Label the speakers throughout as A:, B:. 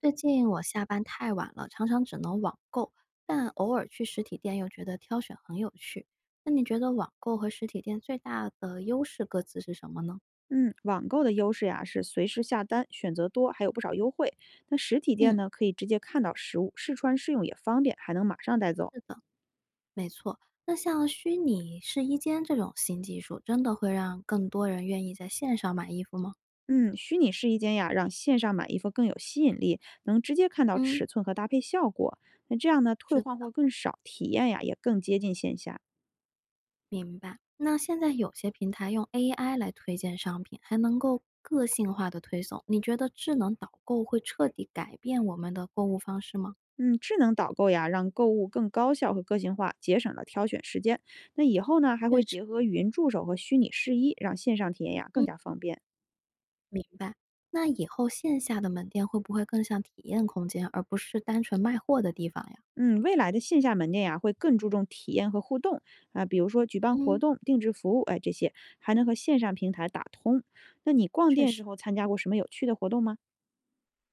A: 最近我下班太晚了，常常只能网购，但偶尔去实体店又觉得挑选很有趣。那你觉得网购和实体店最大的优势各自是什么呢？
B: 嗯，网购的优势呀是随时下单，选择多，还有不少优惠。那实体
A: 嗯，
B: 店呢，可以直接看到实物，试穿试用也方便，还能马上带走。
A: 是的，没错。那像虚拟试衣间这种新技术，真的会让更多人愿意在线上买衣服吗？
B: 嗯，虚拟试衣间呀，让线上买衣服更有吸引力，能直接看到
A: 嗯，
B: 尺寸和搭配效果。那这样呢，退
A: 是的，
B: 换货更少，体验呀也更接近线下。
A: 明白。那现在有些平台用 AI 来推荐商品，还能够个性化的推送。你觉得智能导购会彻底改变我们的购物方式吗？
B: 嗯，智能导购呀，让购物更高效和个性化，节省了挑选时间。那以后呢，还
A: 确
B: 会
A: 实。
B: 结合语音助手和虚拟试衣，让线上体验呀更加方便。
A: 明白。那以后线下的门店会不会更像体验空间，而不是单纯卖货的地方呀？
B: 嗯，未来的线下门店呀、会更注重体验和互动啊，比如说举办活
A: 嗯，
B: 动、定制服务，哎，这些还能和线上平台打通。那你逛
A: 确
B: 店
A: 实，
B: 时候参加过什么有趣的活动吗？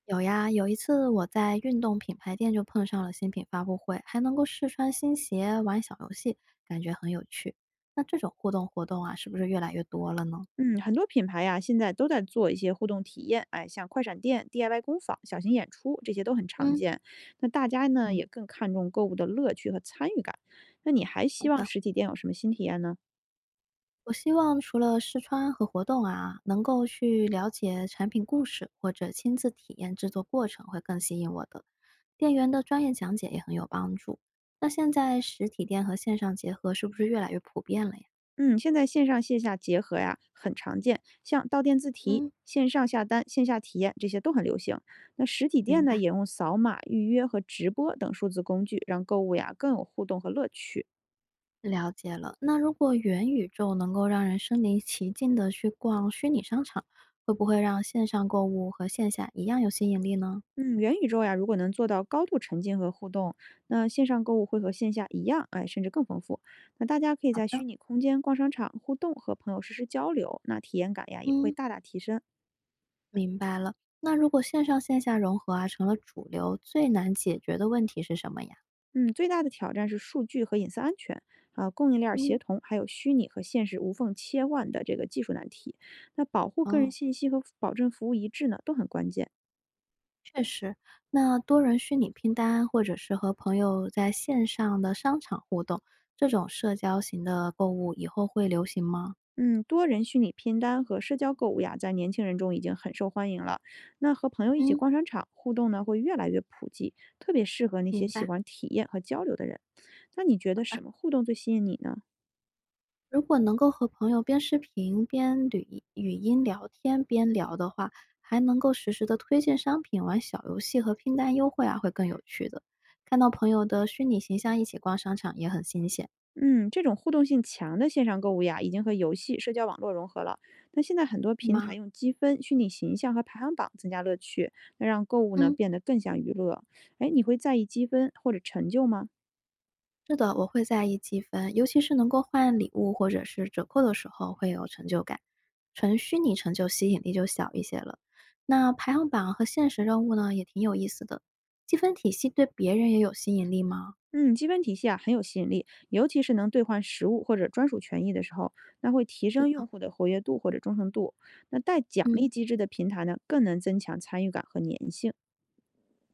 A: 有呀，有一次我在运动品牌店就碰上了新品发布会，还能够试穿新鞋、玩小游戏，感觉很有趣。那这种互动活动啊，是不是越来越多了呢？
B: 嗯，很多品牌呀、现在都在做一些互动体验，哎，像快闪店、DIY 工坊、小型演出，这些都很常
A: 嗯，
B: 见。那大家呢也
A: 嗯，
B: 更看重购物的乐趣和参与感。那你还
A: 好
B: 希望
A: 的，
B: 实体店有什么新体验呢？
A: 我希望除了试穿和活动啊，能够去了解产品故事或者亲自体验制作过程，会更吸引我的。店员的专业讲解也很有帮助。那现在实体店和线上结合是不是越来越普遍了呀？
B: 嗯，现在线上线下结合呀很常见，像到店自提、
A: 嗯，
B: 线上下单、线下体验这些都很流行。那实体
A: 明
B: 店呢，
A: 白，
B: 也用扫码预约和直播等数字工具，让购物呀更有互动和乐趣。
A: 了解了。那如果元宇宙能够让人身临其境的去逛虚拟商场，会不会让线上购物和线下一样有吸引力呢？
B: 嗯，元宇宙呀，如果能做到高度沉浸和互动，那线上购物会和线下一样，哎，甚至更丰富。那大家可以
A: 好
B: 在
A: 的，
B: 虚拟空间逛商场、互动和朋友实时交流，那体验感呀也会
A: 嗯，
B: 大大提升。
A: 明白了。那如果线上线下融合啊成了主流，最难解决的问题是什么呀？
B: 嗯，最大的挑战是数据和隐私安全啊、供应链儿协
A: 嗯。
B: 同，还有虚拟和现实无缝切换的这个技术难题。那保护个人
A: 哦，
B: 信息和保证服务一致呢，都很关键。
A: 那多人虚拟拼单，或者是和朋友在线上的商场互动，这种社交型的购物以后会流行吗？
B: 嗯，多人虚拟拼单和社交购物呀，在年轻人中已经很受欢迎了。那和朋友一起
A: 嗯，
B: 逛商场互动呢，会越来越普及，特别适合那些
A: 明
B: 喜
A: 白。
B: 欢体验和交流的人。那你觉得什么互动最吸引你呢？
A: 如果能够和朋友边视频语音聊天边聊的话，还能够实时的推荐商品、玩小游戏和拼单优惠啊，会更有趣的。看到朋友的虚拟形象一起逛商场也很新鲜，
B: 嗯，这种互动性强的线上购物呀，已经和游戏、社交网络融合了。那现在很多
A: 是
B: 平台
A: 吗？
B: 用积分、虚拟形象和排行榜增加乐趣，那让购物呢
A: 嗯，
B: 变得更像娱乐。哎，你会在意积分或者成就吗？
A: 是的，我会在意积分，尤其是能够换礼物或者是折扣的时候，会有成就感。纯虚拟成就吸引力就小一些了。那排行榜和现实任务呢，也挺有意思的。积分体系对别人也有吸引力吗？
B: 嗯，积分体系啊很有吸引力，尤其是能兑换实物或者专属权益的时候，那会提
A: 是
B: 升
A: 的，
B: 用户的活跃度或者忠诚度。那带奖
A: 嗯，
B: 励机制的平台呢，更能增强参与感和粘性。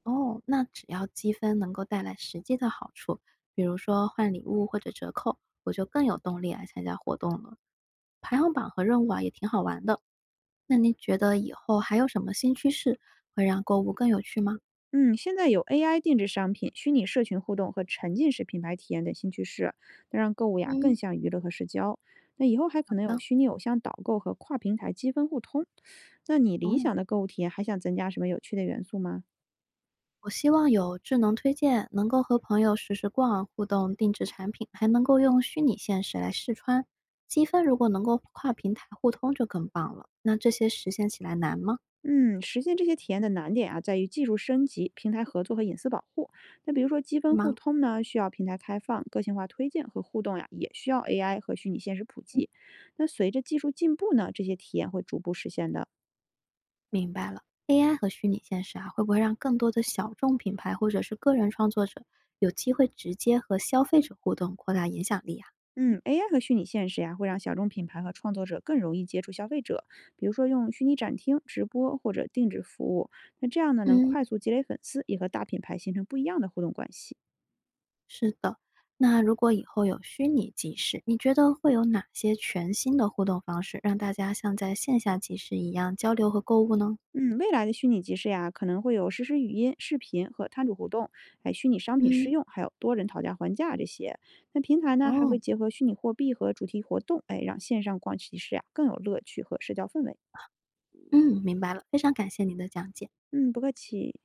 A: 哦，那只要积分能够带来实际的好处，比如说换礼物或者折扣，我就更有动力来参加活动了。排行榜和任务啊，也挺好玩的。那您觉得以后还有什么新趋势会让购物更有趣吗？
B: 嗯，现在有 AI 定制商品、虚拟社群互动和沉浸式品牌体验等新趋势，那让购物呀更
A: 嗯。
B: 像娱乐和社交。那以后还可能有
A: 嗯，
B: 虚拟偶像导购和跨平台积分互通。那你
A: 哦，
B: 理想的购物体验还想增加什么有趣的元素吗？
A: 我希望有智能推荐，能够和朋友实时逛啊、互动定制产品，还能够用虚拟现实来试穿。积分如果能够跨平台互通就更棒了。那这些实现起来难吗？
B: 嗯，实现这些体验的难点啊，在于技术升级、平台合作和隐私保护。那比如说积
A: 是
B: 分互
A: 吗？
B: 通呢，需要平台开放、个性化推荐和互动呀，也需要 AI 和虚拟现实普及。那随着技术进步呢，这些体验会逐步实现的。
A: 明白了。AI 和虚拟现实啊，会不会让更多的小众品牌或者是个人创作者有机会直接和消费者互动，扩大影响力啊？
B: 嗯，AI 和虚拟现实呀，会让小众品牌和创作者更容易接触消费者，比如说用虚拟展厅、直播或者定制服务。那这样呢，能
A: 嗯，
B: 快速积累粉丝，也和大品牌形成不一样的互动关系。
A: 是的，那如果以后有虚拟集市，你觉得会有哪些全新的互动方式，让大家像在线下集市一样交流和购物呢？
B: 嗯，未来的虚拟集市呀，可能会有实时语音、视频和摊主互动，哎，虚拟商品试
A: 嗯，
B: 用，还有多人讨价还价这些。那平台呢，还
A: 哦，
B: 会结合虚拟货币和主题活动，哎，让线上逛集市呀更有乐趣和社交氛围。
A: 嗯，明白了，非常感谢你的讲解。
B: 嗯，不客气。